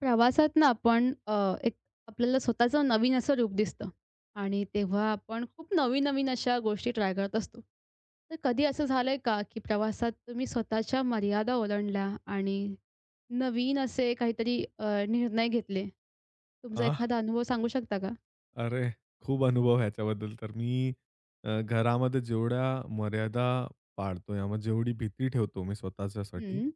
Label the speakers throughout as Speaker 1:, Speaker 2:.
Speaker 1: प्रवासात ना आपण अ, एक आपल्याला स्वतःचं नवीन असं रूप दिसतं आणि तेव्हा आपण खूप नवीन-नवीन अशा गोष्टी ट्राय करत असतो. तर कधी असं झालंय का, की प्रवासात तुम्ही स्वतःच्या मर्यादा ओलांडल्या आणि नवीन असे काहीतरी निर्णय घेतले? तुमचा
Speaker 2: आह!
Speaker 1: एखादा अनुभव सांगू शकता का?
Speaker 2: अरे, खूप अनुभव ह्याच्याबद्दल तर. घरामध्ये जेवढ्या मर्यादा पाळतो, यामध्ये जेवढी भीती ठेवतो मी स्वतःच्यासाठी,
Speaker 1: हं,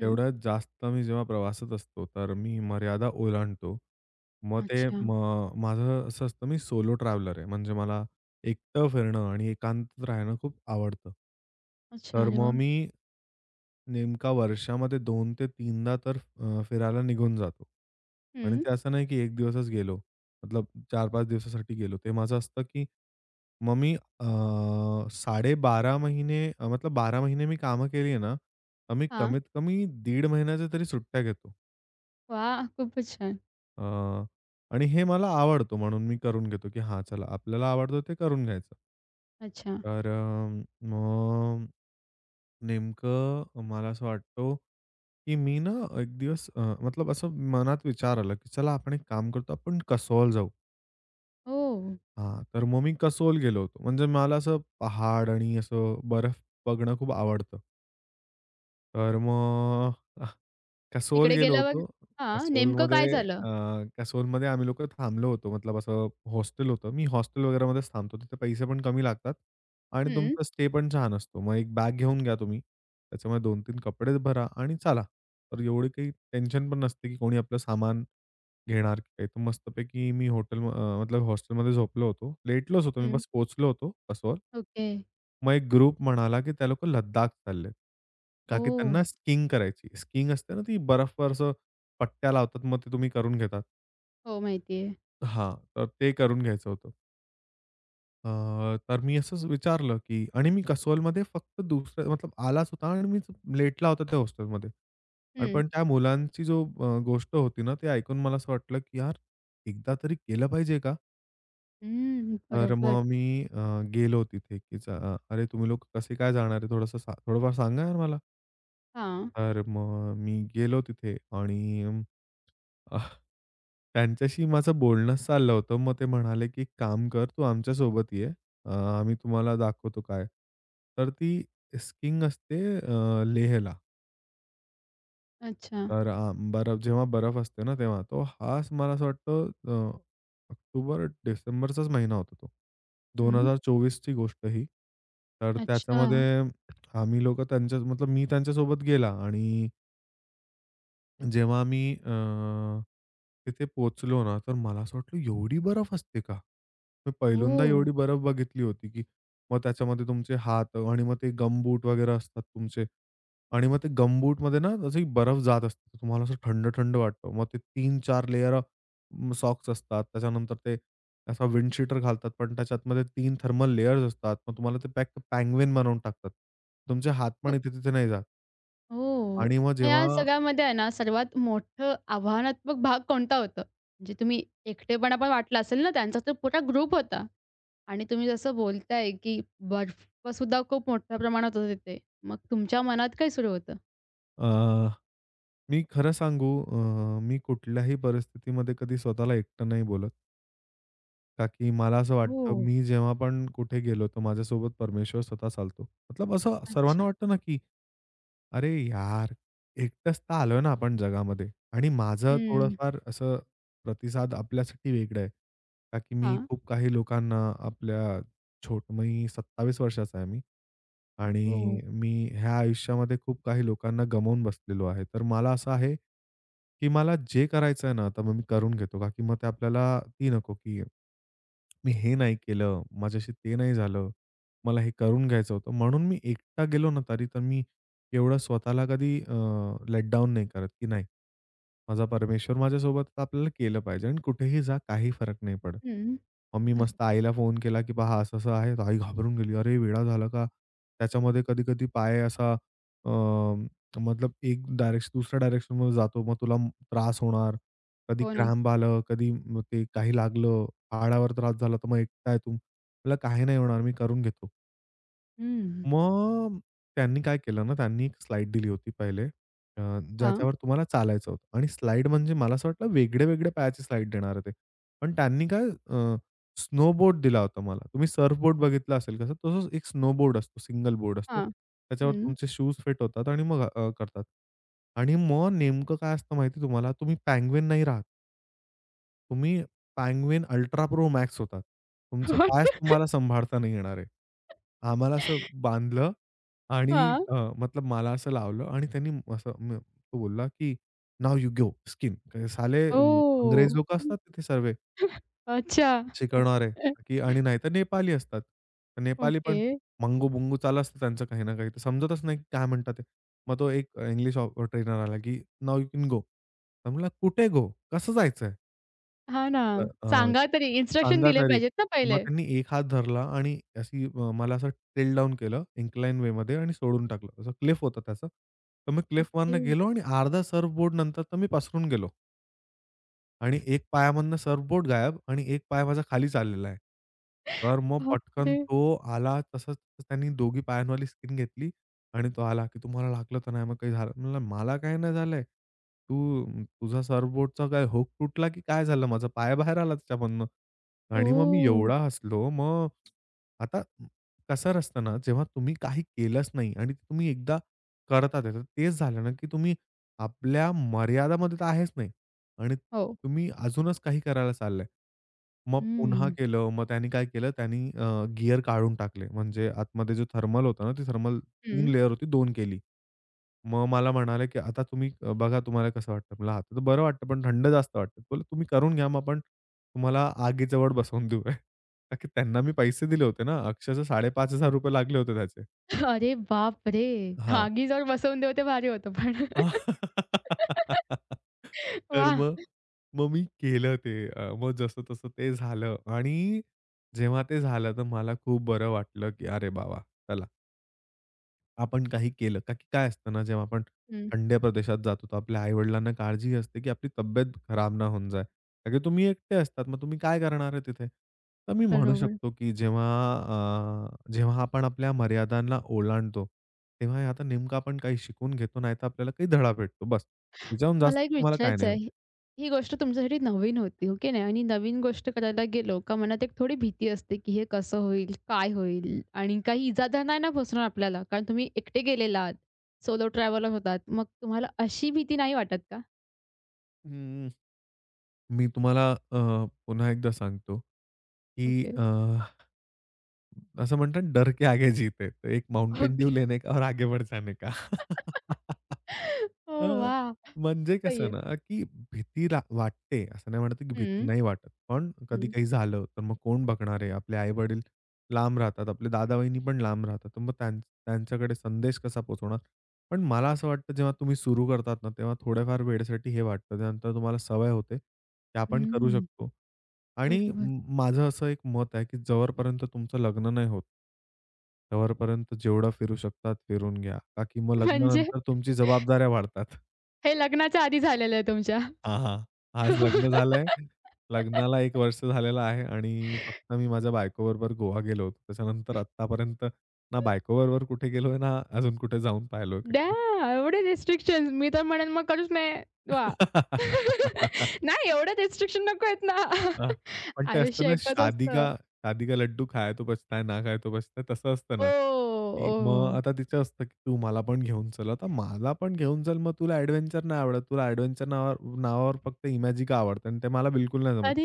Speaker 1: हं.
Speaker 2: तेवढ्यात जास्त मी जेव्हा प्रवासात असतो, तर मी मर्यादा ओलांडतो. मग ते
Speaker 1: अच्छा.
Speaker 2: म माझं असं असतं, मी सोलो ट्रॅव्हलर आहे. म्हणजे मला एकटं फिरणं आणि एकांतात राहणं खूप आवडतं.
Speaker 1: अच्छा.
Speaker 2: तर
Speaker 1: अरे
Speaker 2: मग
Speaker 1: वाह!
Speaker 2: मी नेमका वर्षामध्ये 2 ते तीनदा फिरायला निघून जातो. आणि
Speaker 1: हं.
Speaker 2: ते असं नाही की 1 दिवसच गेलो. मतलब 4-5 दिवसासाठी गेलो. ते माझं असतं की मग मी अ, 12.5 महिने मतलब 12 महिने मी कामं केली आहे ना, तर मी
Speaker 1: हां.
Speaker 2: कमीत कमी दीड महिन्याच्या तरी सुट्ट्या घेतो.
Speaker 1: वाह! खूपच छान.
Speaker 2: अ, आणि हे मला आवडतो म्हणून मी करून घेतो की हां, चला आपल्याला आवडतं ते करून घ्यायचं.
Speaker 1: अच्छा.
Speaker 2: तर मग नेमकं मला असं वाटतो, की मी ना एक दिवस अ, मतलब असं मनात विचार आला, की चला आपण एक काम करतो, आपण कसोल जाऊ.
Speaker 1: ओह!
Speaker 2: हां, तर मग मी कसोल गेलो होतो. म्हणजे मला असं पहाड आणि असं बर्फ बघणं खूप आवडतं. तर मग आह, कसोल
Speaker 1: तिकडे
Speaker 2: गेलो
Speaker 1: गेल्यावर
Speaker 2: होतो.
Speaker 1: हां, नेमकं
Speaker 2: कसोलमध्ये
Speaker 1: काय झालं?
Speaker 2: अ, कसोलमध्ये आम्ही लोकं थांबलो होतो. मतलब असं हॉस्टेल होतं. मी हॉस्टेल वगैरेमध्येच थांबतो. तिथे पैसे पण कमी लागतात आणि
Speaker 1: हं,
Speaker 2: तुमचा स्टे पण छान असतो. मग एक बॅग घेऊन घ्या तुम्ही. त्याच्यामध्ये 2-3 कपडे भरा आणि चाला. तर एवढी काही टेन्शन पण नसते, की कोणी आपलं सामान घेणार की काय. तर मस्तपैकी मी हॉटेल अ, मतलब हॉस्टेलमध्ये झोपलो होतो. लेटलोच होतो. मी
Speaker 1: हं.
Speaker 2: बस पोहोचलो होतो कसोल.
Speaker 1: ओके.
Speaker 2: मग एक ग्रुप म्हणाला, की ते लोकं लद्दाख चाललेत. का की
Speaker 1: ओह!
Speaker 2: त्यांना स्कीइंग करायची. स्कीइंग असते ना, ती बर्फवर असं पट्ट्या लावतात, मग ते तुम्ही करून घेतात.
Speaker 1: हो, माहिती आहे.
Speaker 2: हां, तर ते करून घ्यायचं होतं. तर मी असंच विचारलं, की आणि मी कसोलमध्ये फक्त दुसरं मतलब आलाच होता आणि मी लेटला होता त्या हॉस्टेलमध्ये. आणि
Speaker 1: हं.
Speaker 2: पण त्या मुलांची जो गोष्ट होती ना, ते ऐकून मला असं वाटलं, की यार एकदा तरी केलं पाहिजे का?
Speaker 1: हं,
Speaker 2: तर
Speaker 1: बरोबर.
Speaker 2: मग मी अ, गेलो तिथे, की "अरे तुम्ही लोक कसे काय जाणार आहे? थोडंसं सा थोडंफार सांगा यार मला."
Speaker 1: हां.
Speaker 2: तर मग मी गेलो तिथे आणि अ, त्यांच्याशी माझं बोलणंच चाललं होतं. मग ते म्हणाले, की "एक काम कर, तू आमच्यासोबत ये. अ, आम्ही तुम्हाला दाखवतो काय." तर ती स्कीइंग असते लेहला.
Speaker 1: अच्छा.
Speaker 2: तर बर्फ जेव्हा बर्फ असते ना तेव्हा. तो हाच मला असं वाटतं, ऑक्टोबर, डिसेंबरचाच महिना होता तो.
Speaker 1: हं.
Speaker 2: 2024ची गोष्ट ही. तर
Speaker 1: अच्छा.
Speaker 2: त्याच्यामध्ये आम्ही लोकं त्यांच्या मतलब मी त्यांच्यासोबत गेला आणि जेव्हा मी तिथे पोहोचलो ना, तर मला असं वाटलं एवढी बर्फ असते का? मी पहिल्यांदा
Speaker 1: ओह!
Speaker 2: एवढी बर्फ बघितली होती, की मग त्याच्यामध्ये तुमचे हात आणि मग ते गमबूट वगैरे असतात तुमचे आणि मग ते गमबूटमध्ये ना अशी बर्फ जात असते. तुम्हाला असं थंड-थंड वाटतं. मग ते 3-4 लेयर सॉक्स असतात. त्याच्यानंतर ते असा विंड घालतात, पण त्याच्यामध्ये 3 थर्मल लेयर्स असतात. मग तुम्हाला ते पॅक पेंग्विन बनवून टाकतात. तुमचे हात पण
Speaker 1: मग
Speaker 2: इथे-तिथे नाही जात
Speaker 1: हो.
Speaker 2: आणि मग
Speaker 1: मग
Speaker 2: जेव्हा
Speaker 1: या सगळ्यामध्ये आहे ना, सर्वात मोठं आव्हानात्मक भाग कोणता होता? म्हणजे तुम्ही एकटेपणा पण वाटला असेल ना, त्यांचा तर पुरा ग्रुप होता आणि तुम्ही जसं बोलताय, की बर्फसुद्धा खूप मोठ्या प्रमाणात होतं तिथे. मग तुमच्या मनात काय सुरू होतं?
Speaker 2: मी खरं सांगू, मी कुठल्याही परिस्थितीमध्ये कधी स्वतःला एकटं नाही बोलत. का की मला असं
Speaker 1: हो.
Speaker 2: वाटतं मी जेव्हा पण कुठे गेलो, तर माझ्यासोबत परमेश्वर स्वतः चालतो. मतलब असं सर्वांना
Speaker 1: अच्छा.
Speaker 2: वाटतं ना, की अरे यार! एकटंच तर आलोय ना आपण जगामध्ये आणि माझं
Speaker 1: हं.
Speaker 2: थोडंफार असं प्रतिसाद आपल्यासाठी वेगळं आहे. का की मी
Speaker 1: हां.
Speaker 2: खूप काही लोकांना आपल्या मी 27 वर्षाचा आहे मी आणि
Speaker 1: हो.
Speaker 2: मी ह्या आयुष्यामध्ये खूप काही लोकांना गमावून बसलेलो आहे. तर मला असं आहे, की मला जे करायचं आहे ना, तर मग मी करून घेतो. का की मग ते आपल्याला ती नको, की मी हे नाही केलं, माझ्याशी ते नाही झालं, मला हे करून घ्यायचं होतं. म्हणून मी एकटा गेलो ना तरी तर मी एवढं स्वतःला कधी लेट डाउन नाही करत, की नाही, माझा परमेश्वर माझ्यासोबत आहे, तर आपल्याला केलं पाहिजे आणि कुठेही जा काही फरक नाही पडत.
Speaker 1: हं.
Speaker 2: मग मी
Speaker 1: अरे
Speaker 2: मस्त
Speaker 1: वाह!
Speaker 2: आईला फोन केला, की "पहा असं-असं आहे." तर आई घाबरून गेली. "अरे वेडा झाला का?" त्याच्यामध्ये कधी-कधी पाय असा अ, मतलब एक डायरेक्शन दुसऱ्या डायरेक्शनमध्ये जातो. मग त्रास होणार. कधी
Speaker 1: हो ना.
Speaker 2: क्रॅम्प आलं, कधी ते काही लागलं, हाडावर त्रास झाला, तर मग एकटा आहे तू. मला काही नाही होणार, मी करून घेतो.
Speaker 1: हं.
Speaker 2: मग त्यांनी काय केलं ना, त्यांनी एक स्लाईड दिली होती पहिले अ,
Speaker 1: हां.
Speaker 2: ज्याच्यावर तुम्हाला चालायचं होतं आणि स्लाईड म्हणजे मला असं वाटलं वेगळे-वेगळे पायाचे स्लाईड देणार आहे ते. पण त्यांनी काय अ, स्नोबोर्ड दिला होता मला. तुम्ही सर्फबोर्ड बघितला असेल कसं, तसंच एक स्नोबोर्ड असतो, सिंगल बोर्ड असतो.
Speaker 1: हां.
Speaker 2: त्याच्यावर
Speaker 1: हं.
Speaker 2: तुमचे शूज फिट होतात आणि मग करतात. आणि मग नेमकं काय असतं माहिती तुम्हाला? तुम्ही पेंग्विन नाही राहत. तुम्ही Penguin अल्ट्रा प्रो मॅक्स होतात. तुमचे पायच
Speaker 1: हॉट.
Speaker 2: तुम्हाला सांभाळता नाही येणार आहे. आम्हाला असं बांधलं आणि
Speaker 1: हां.
Speaker 2: अ, मतलब मला असं लावलं आणि त्यांनी असं तो बोलला, की नाव यू गो स्किन." साले,
Speaker 1: ओह!
Speaker 2: अंग्रेज लोकं असतात तिथे सर्वे
Speaker 1: अच्छा.
Speaker 2: शिकवणारे, की आणि नाहीतर नेपाळी असतात. नेपाळी
Speaker 1: ओके.
Speaker 2: पण मंगू-बुंगू चालू असतं त्यांचं काही ना काही. तर समजतच नाही की काय म्हणतात ते. मग तो एक इंग्लिश ट्रेनर आला, की "नाऊ यू कॅन गो." म्हटलं, "कुठे गो? कसं जायचंय?"
Speaker 1: हां ना. सांगा तरी इन्स्ट्रक्शन
Speaker 2: सांगा
Speaker 1: दिले
Speaker 2: तरी.
Speaker 1: पाहिजेत ना
Speaker 2: मग
Speaker 1: पहिले.
Speaker 2: त्यांनी एक हात धरला आणि अशी, मला असं टेल डाउन केलं, इन्क्लाइन वेमध्ये आणि सोडून टाकलं. असं क्लिफ होतं त्याचं. तर मी
Speaker 1: ओके.
Speaker 2: क्लिफमधनं गेलो आणि अर्धा सर्फ बोर्ड नंतर तर मी पसरून गेलो आणि एक पायामधनं सर्फ बोर्ड गायब आणि एक पाय माझा खाली चाललेला आहे. तर मग पटकन
Speaker 1: बापरे!
Speaker 2: तो आला तसंच त्यांनी दोघी पायांवाली स्किन घेतली आणि तो आला, की "तुम्हाला लागलं तर नाही मग काही झालं?" म्हणलं, "मला काही नाही झालंय. तू तुझा सर्फ बोर्डचा काय हूक तुटला की काय झालं? माझा पाय बाहेर आला त्याच्यामधनं." आणि मग मी
Speaker 1: ओह!
Speaker 2: एवढा हसलो. मग आता कसं असतं ना, जेव्हा तुम्ही काही केलंच नाही आणि तुम्ही एकदा करतात आहे, तर तेच झालं ना, की तुम्ही आपल्या मर्यादामध्ये तर आहेच नाही आणि
Speaker 1: हो.
Speaker 2: तुम्ही अजूनच काही करायला चाललंय. मग पुन्हा
Speaker 1: हं.
Speaker 2: केलं. मग त्यानी काय केलं, त्यानी गिअर काढून टाकले. म्हणजे आतमध्ये जो थर्मल होता ना, ती थर्मल 3
Speaker 1: हं.
Speaker 2: लेयर होती, 2 केली. मग मला म्हणाले, की "आता तुम्ही बघा तुम्हाला कसं वाटतं?" म्हणलं, "आता तर बरं वाटतं, पण थंड जास्त वाटतं." बोलले, "तुम्ही करून घ्या, मग आपण तुम्हाला आगीजवळ बसवून देऊ." का की त्यांना मी पैसे दिले होते ना. अक्षरशः ₹5,500 लागले होते त्याचे.
Speaker 1: अरे बापरे!
Speaker 2: हां.
Speaker 1: आगीवर बसवून देऊ ते भारी होतं पण.
Speaker 2: तर
Speaker 1: वाह!
Speaker 2: मग मग मी केलं ते. मग जसं तसं ते झालं आणि जेव्हा ते झालं, तर मला खूप बरं वाटलं, की "अरे, बाबा, चला." आपण काही केलं का की काय असतं ना, जेव्हा आपण
Speaker 1: हं.
Speaker 2: थंड्या प्रदेशात जातो, तर आपल्या आई-वडिलांना काळजी असते, की आपली तब्येत खराब ना होऊन जाय. कारण की तुम्ही एकटे असतात, मग तुम्ही काय करणार आहे तिथे? तर मी म्हणू
Speaker 1: बरोबर.
Speaker 2: शकतो, की जेव्हा अ, जेव्हा आपण आपल्या मर्यादांना ओलांडतो, तेव्हा हे आता नेमकं आपण काही शिकून घेतो, नाहीतर आपल्याला काही धडा भेटतो बस. त्याच्याहून
Speaker 1: मला
Speaker 2: जास्त
Speaker 1: एक
Speaker 2: तुम्हाला काय
Speaker 1: विचारायचं
Speaker 2: नाही होत.
Speaker 1: आहे. ही गोष्ट तुमच्यासाठी नवीन होती, हो की नाही? आणि नवीन गोष्ट करायला गेलो का मनात एक थोडी भीती असते, की हे कसं होईल? काय होईल? आणि काही इजादार नाही ना बसणार आपल्याला, कारण तुम्ही एकटे गेलेला आहात. सोलो ट्रॅव्हलर होतात. मग तुम्हाला अशी भीती नाही वाटत का?
Speaker 2: हं. मी तुम्हाला पुन्हा एकदा सांगतो, की
Speaker 1: ओके.
Speaker 2: अ ऐसा म्हणते हैं, डर के आगे जीत है। तो एक माउंटेन ड्यू
Speaker 1: ओके.
Speaker 2: लेने का और आगे बढ़ जाने का.
Speaker 1: ओह
Speaker 2: अ,
Speaker 1: वाह!
Speaker 2: म्हणजे
Speaker 1: सही
Speaker 2: कसं
Speaker 1: आहे.
Speaker 2: ना, की भीती ला वाटते. असं नाही म्हणत, की भीती
Speaker 1: हं,
Speaker 2: नाही वाटत. पण कधी
Speaker 1: हं,
Speaker 2: काही झालं, तर मग कोण बघणार आहे? आपले आई-वडील लांब राहतात. आपले दादा-वहिनी पण लांब राहतात. तर मग त्यांच्याकडे संदेश कसा पोहोचवणार? पण मला असं वाटतं, जेव्हा तुम्ही सुरू करतात ना, तेव्हा थोड्याफार वेळेसाठी हे वाटतं. त्यानंतर तुम्हाला सवय होते, की आपण करू
Speaker 1: हं.
Speaker 2: शकतो. आणि
Speaker 1: बरोबर.
Speaker 2: म माझं असं एक मत आहे, की जोपर्यंत तुमचं लग्न नाही होत तोवरपर्यंत जेवढं फिरू शकतात फिरून घ्या. का की मग
Speaker 1: म्हणजे
Speaker 2: लग्नानंतर तुमची जबाबदाऱ्या वाढतात.
Speaker 1: हे लग्नाच्या आधी झालेलं आहे तुमच्या.
Speaker 2: हां, हां. आज लग्न झालंय. लग्नाला 1 वर्ष झालेलं आहे आणि फक्त मी माझ्या बायकोबरोबर गोवा गेलो होतो. त्याच्यानंतर आत्तापर्यंत ना बायकोबरोबर कुठे गेलोय ना अजून कुठे जाऊन पाहिलोय.
Speaker 1: द्या एवढे रिस्ट्रिक्शन्स. मी तर म्हणेन मग करूच नाही. वाह! नाही एवढे रिस्ट्रिक्शन नको आहेत ना.
Speaker 2: हां. पण ते असतं
Speaker 1: आयुष्य
Speaker 2: ना,
Speaker 1: एकच असतं.
Speaker 2: शादी का लड्डू खाये तो बचता है, ना खाये तो बचता है तसं असतं ना,
Speaker 1: ओह!
Speaker 2: की
Speaker 1: ओह!
Speaker 2: मग आता तिचं असतं, की "तू मला पण घेऊन चल." आता मला पण घेऊन चल, मग तुला एडव्हेंचर नाही आवडत. तुला एडव्हेंचर नावावर नावावर फक्त इमॅजिका आवडतं आणि ते मला बिलकुल नाही जमत.
Speaker 1: अरे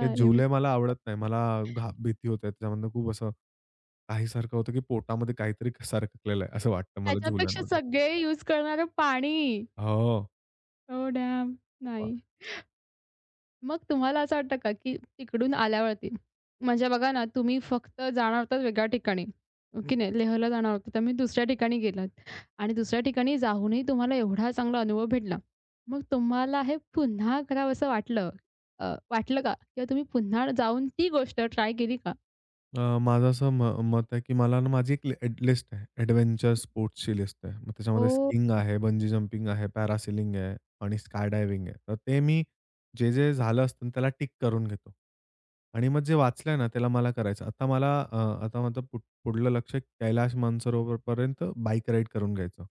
Speaker 2: ते
Speaker 1: इमॅजिन
Speaker 2: झुले मला
Speaker 1: कर.
Speaker 2: आवडत नाही. मला भीती होते त्याच्यामधनं खूप असं काहीसारखं होतं, की पोटामध्ये काहीतरी सरकलेलं आहे असं वाटतं मला
Speaker 1: त्याच्यापेक्षा
Speaker 2: झुल्यांमध्ये.
Speaker 1: सगळे यूज करणारं पाणी.
Speaker 2: हो.
Speaker 1: Oh dam! नाही. मग तुम्हाला असं वाटतं का, की तिकडून आल्यावरती म्हणजे बघा ना, तुम्ही फक्त जाणार होतात वेगळ्या ठिकाणी, हो की नाही? लेहला जाणार होतात, तुम्ही दुसऱ्या ठिकाणी गेलात आणि दुसऱ्या ठिकाणी जाऊनही तुम्हाला एवढा चांगला अनुभव भेटला. मग तुम्हाला हे पुन्हा करावंसं वाटलं अ, वाटलं का? किंवा तुम्ही पुन्हा जाऊन ती गोष्ट ट्राय केली का?
Speaker 2: माझं असं मत आहे, की मला ना माझी एक लिस्ट आहे. एडव्हेंचर स्पोर्ट्सची लिस्ट आहे. मग त्याच्यामध्ये
Speaker 1: हो.
Speaker 2: स्कीइंग आहे, बंजी जंपिंग आहे, पॅरासेलिंग आहे आणि स्काय डायव्हिंग आहे. तर ते मी जे-जे झालं असतं त्याला टिक करून घेतो. आणि मग जे वाचलंय ना त्याला मला करायचं. आता माझं पुढलं लक्ष कैलाश मानसरोवरपर्यंत बाईक राईड करून घ्यायचं.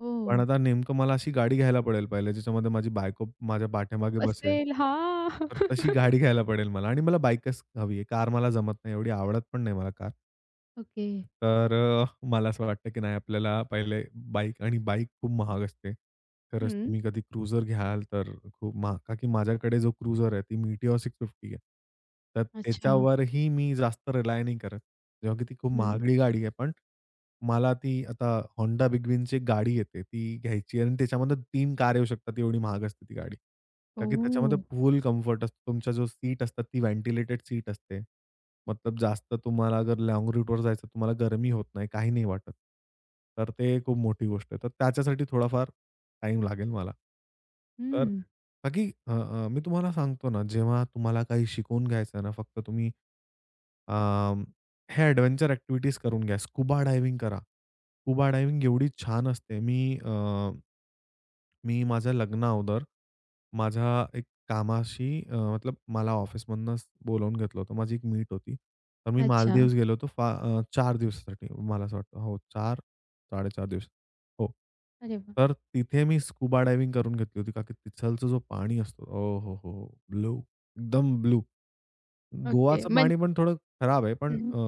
Speaker 1: ओह!
Speaker 2: पण आता नेमकं मला अशी गाडी घ्यायला पडेल पहिले, ज्याच्यामध्ये माझी बायको माझ्या पाठीमागे बसेल.
Speaker 1: असेल हां.
Speaker 2: तर तशी गाडी घ्यायला पडेल मला आणि मला बाईकच हवी आहे. कार मला जमत नाही, एवढी आवडत पण नाही मला कार.
Speaker 1: ओके.
Speaker 2: तर मला असं वाटतं की नाही आपल्याला पहिले बाईक आणि बाईक खूप महाग असते. खरंच
Speaker 1: हं.
Speaker 2: तुम्ही कधी क्रूझर घ्याल तर खूप महाग का की माझ्याकडे जो क्रूझर आहे ती Meteor 650 आहे. तर
Speaker 1: अच्छा.
Speaker 2: त्याच्यावरही मी जास्त रिलाय नाही करत. जेव्हा की ती खूप
Speaker 1: हं.
Speaker 2: महागडी गाडी आहे. पण मला ती आता Honda Big Winची एक गाडी येते. ती घ्यायची आहे आणि त्याच्यामध्ये 3 कार येऊ शकतात एवढी महाग असते ती गाडी. का की
Speaker 1: ओह!
Speaker 2: त्याच्यामध्ये फुल कम्फर्ट असतो. तुमच्या जो सीट असतात ती व्हेंटिलेटेड सीट असते. मतलब जास्त तुम्हाला अगर लाँग रूटवर जायचं तुम्हाला गरमी होत नाही, काही नाही वाटत. तर ते खूप मोठी गोष्ट आहे. तर त्याच्यासाठी थोडाफार टाईम लागेल मला. तर
Speaker 1: हं.
Speaker 2: बाकी अ, अ, मी तुम्हाला सांगतो ना, जेव्हा तुम्हाला काही शिकून घ्यायचं आहे ना, फक्त तुम्ही अ, ह्या एडव्हेंचर ॲक्टिव्हिटीज करून घ्या. स्कुबा डायव्हिंग करा. स्कुबा डायव्हिंग एवढी छान असते. मी माझ्या लग्नाअगोदर माझ्या एक कामाशी मतलब मला ऑफिसमधनंच बोलावून घेतलं होतं. माझी एक मीट होती. तर मी
Speaker 1: अच्छा.
Speaker 2: मालदीव्स गेलो होतो 4 दिवसासाठी मला असं वाटतं. हो 4-4.5 दिवस. हो.
Speaker 1: अरे वाह!
Speaker 2: तर तिथे मी स्कुबा डायव्हिंग करून घेतली होती. का की तिथलचा जो पाणी असतो ओ हो, हो, हो! ब्लू, एकदम ब्लू.
Speaker 1: ओके.
Speaker 2: गोवाचं पाणी पण थोडं खराब आहे. पण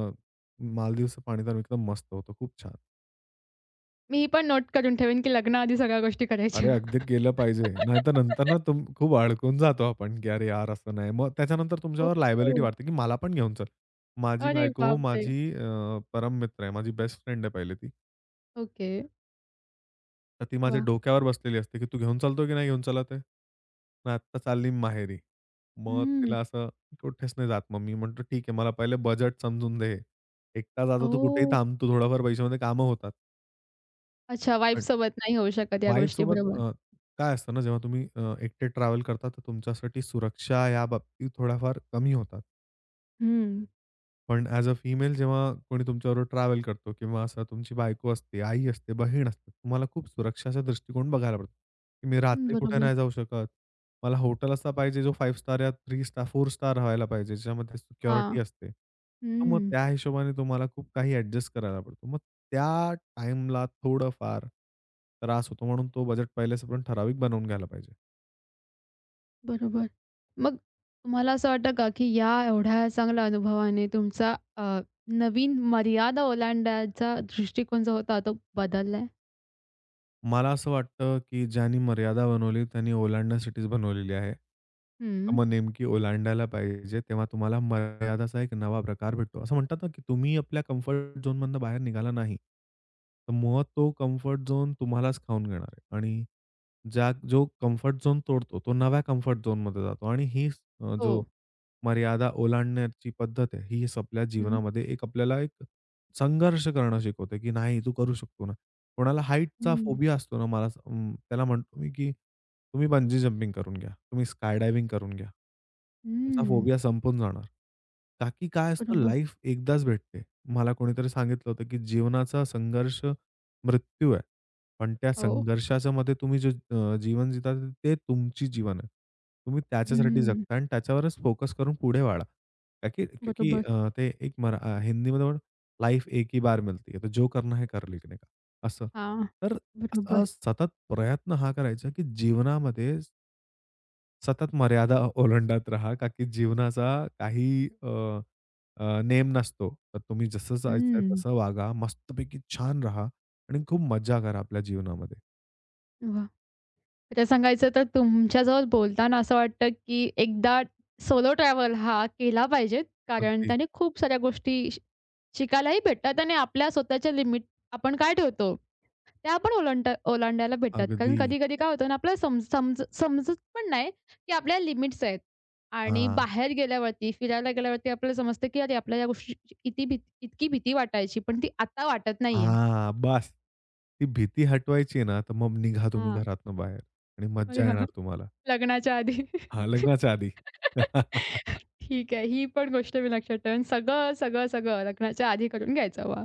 Speaker 2: मालदीवचं पाणी तर एकदम मस्त होतं. खूप छान.
Speaker 1: मी ही पण नोट करून ठेवेन, की लग्नाआधी सगळ्या गोष्टी करायच्या.
Speaker 2: अरे, अगदी केलं पाहिजे. नाहीतर नंतर ना तुम खूप अडकून जातो आपण, की "अरे यार, असं नाही." मग त्याच्यानंतर
Speaker 1: ओ,
Speaker 2: तुमच्यावर लायबिलिटी
Speaker 1: हो.
Speaker 2: वाढते, की "मला पण घेऊन चल." माझी
Speaker 1: अरे
Speaker 2: बायको
Speaker 1: बापरे!
Speaker 2: माझी अ, परम मित्र आहे. माझी बेस्ट फ्रेंड आहे पहिले ती.
Speaker 1: ओके.
Speaker 2: तर ती माझ्या
Speaker 1: वाह!
Speaker 2: डोक्यावर बसलेली असते, की "तू घेऊन चालतो की नाही घेऊन चालत आहे? मग आत्ता चालली माहेरी." मग
Speaker 1: हं.
Speaker 2: तिला असं कुठेच नाही जात मग. मी म्हणतो, "ठीक आहे, मला पहिले बजेट समजून दे. एकटा जातो तर कुठेही
Speaker 1: ओह!
Speaker 2: थांबतो. थोड्याफार पैशामध्ये कामं होतात."
Speaker 1: अच्छा वाईफसोबत नाही होऊ शकत या गोष्टी.
Speaker 2: वाईफसोबत
Speaker 1: बरोबर.
Speaker 2: अ, काय असतं ना, जेव्हा तुम्ही एकटे ट्रॅव्हल करता, तर तुमच्यासाठी सुरक्षा या बाबतीत थोड्याफार कमी होतात.
Speaker 1: हं.
Speaker 2: पण ॲज अ फिमेल जेव्हा कोणी तुमच्याबरोबर ट्रॅव्हल करतो किंवा असं तुमची बायको असते, आई असते, बहीण असते. तुम्हाला खूप सुरक्षाचा दृष्टिकोन बघायला पडतो, की मी
Speaker 1: हं,
Speaker 2: रात्री कुठे
Speaker 1: बरोबर.
Speaker 2: नाही जाऊ शकत. मला हॉटेल असा पाहिजे जो 5 स्टार या 3 स्टार, 4 स्टार व्हायला पाहिजे, ज्याच्यामध्ये
Speaker 1: हां.
Speaker 2: सिक्युरिटी असते. तर मग
Speaker 1: हं.
Speaker 2: त्या हिशोबाने तुम्हाला खूप काही ॲडजस्ट करायला पडतो. मग त्या टाईमला थोडंफार त्रास होतो म्हणून तो बजेट पहिलेच आपण ठराविक बनवून घ्यायला पाहिजे.
Speaker 1: बरोबर. मग तुम्हाला असं वाटतं का, की या एवढ्या चांगल्या अनुभवाने तुमचा नवीन मर्यादा ओलांडायचा दृष्टिकोन जो होता तो बदललाय?
Speaker 2: मला असं वाटतं, की ज्यांनी मर्यादा बनवली त्यांनी ओलांडण्यासाठीच बनवलेली आहे. तर
Speaker 1: हं.
Speaker 2: मग नेमकी ओलांडायला पाहिजे. तेव्हा तुम्हाला मर्यादाचा एक नवा प्रकार भेटतो. असं म्हणतात ना, की तुम्ही आपल्या कम्फर्ट झोनमधनं बाहेर निघाला नाही, तर मग तो कम्फर्ट झोन तुम्हालाच खाऊन घेणार आहे आणि जो कम्फर्ट झोन तोडतो, तो नव्या कम्फर्ट झोनमध्ये जातो आणि ही अ,
Speaker 1: हो.
Speaker 2: जो मर्यादा ओलांडण्याची पद्धत आहे, ही आपल्या
Speaker 1: हं.
Speaker 2: जीवनामध्ये एक आपल्याला एक संघर्ष करणं शिकवते, की नाही तू करू शकतो ना. कोणाला हाईटचा
Speaker 1: हं.
Speaker 2: फोबिया असतो ना मला त्याला म्हणतो मी, की तुम्ही बंजी जंपिंग करून घ्या, तुम्ही स्काय डायव्हिंग करून घ्या. तुमचा
Speaker 1: हं.
Speaker 2: फोबिया संपून जाणार. का काय असतं
Speaker 1: बरोबर.
Speaker 2: लाईफ एकदाच भेटते. मला कोणीतरी सांगितलं होतं, की जीवनाचा संघर्ष मृत्यू आहे. पण त्या
Speaker 1: हो.
Speaker 2: संघर्षाच्या मध्ये तुम्ही जे जीवन जिता ते तुमची जीवन आहे. तुम्ही त्याच्यासाठी
Speaker 1: हं.
Speaker 2: जगता आणि त्याच्यावरच फोकस करून पुढे वाढा. का की
Speaker 1: बरोबर.
Speaker 2: ते हिंदीमध्ये पण लाईफ एक ही बार मिलती है, तो जो करना है कर लेने का असं.
Speaker 1: हां.
Speaker 2: तर
Speaker 1: बरोबर.
Speaker 2: असा सतत प्रयत्न हा करायचा, की जीवनामध्ये सतत मर्यादा ओलांडत राहा. का की जीवनाचा काही अ, नेम नसतो. तर तुम्ही जसं जायचंय
Speaker 1: हं.
Speaker 2: तसं वागा, मस्तपैकी छान राहा आणि खूप मज्जा करा आपल्या जीवनामध्ये.
Speaker 1: वाह! खरं सांगायचं तर तुमच्याजवळ बोलताना असं वाटतं, की एकदा सोलो ट्रॅव्हल हा केला पाहिजेत. कारण
Speaker 2: अगदी,
Speaker 1: त्याने खूप साऱ्या गोष्टी शिकायलाही भेटतात आणि आपल्या स्वतःच्या लिमिट आपण काय ठेवतो, त्या पण ओलांडायला भेटतात. कारण
Speaker 2: अगदी.
Speaker 1: कधी-कधी काय होतं ना, आपल्याला सम समज समजत पण नाही, की आपल्या लिमिट्स आहेत. आणि
Speaker 2: हां,
Speaker 1: बाहेर गेल्यावरती, फिरायला गेल्यावरती आपल्याला समजतं, की अरे, आपल्याला या गोष्टीची इती भीती इतकी भीती वाटायची, पण ती आता वाटत नाहीये.
Speaker 2: हां. बस ती भीती हटवायची आहे ना, तर मग निघा तुम्ही
Speaker 1: हां.
Speaker 2: घरातनं बाहेर आणि
Speaker 1: अरे
Speaker 2: मज्जा
Speaker 1: वाह!
Speaker 2: येणार तुम्हाला.
Speaker 1: लग्नाच्या आधी.
Speaker 2: हां, लग्नाच्या आधी.
Speaker 1: ठीक आहे. ही पण गोष्ट मी लक्षात ठेवेन. सगळं, सगळं, सगळं लग्नाच्या आधी करून घ्यायचं. वाह!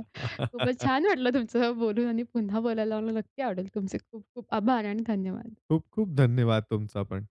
Speaker 1: खूपच छान वाटलं तुमचं बोलून आणि पुन्हा बोलायला मला नक्की आवडेल. तुमचे खूप खूप आभार आणि धन्यवाद.
Speaker 2: खूप खूप धन्यवाद तुमचा पण.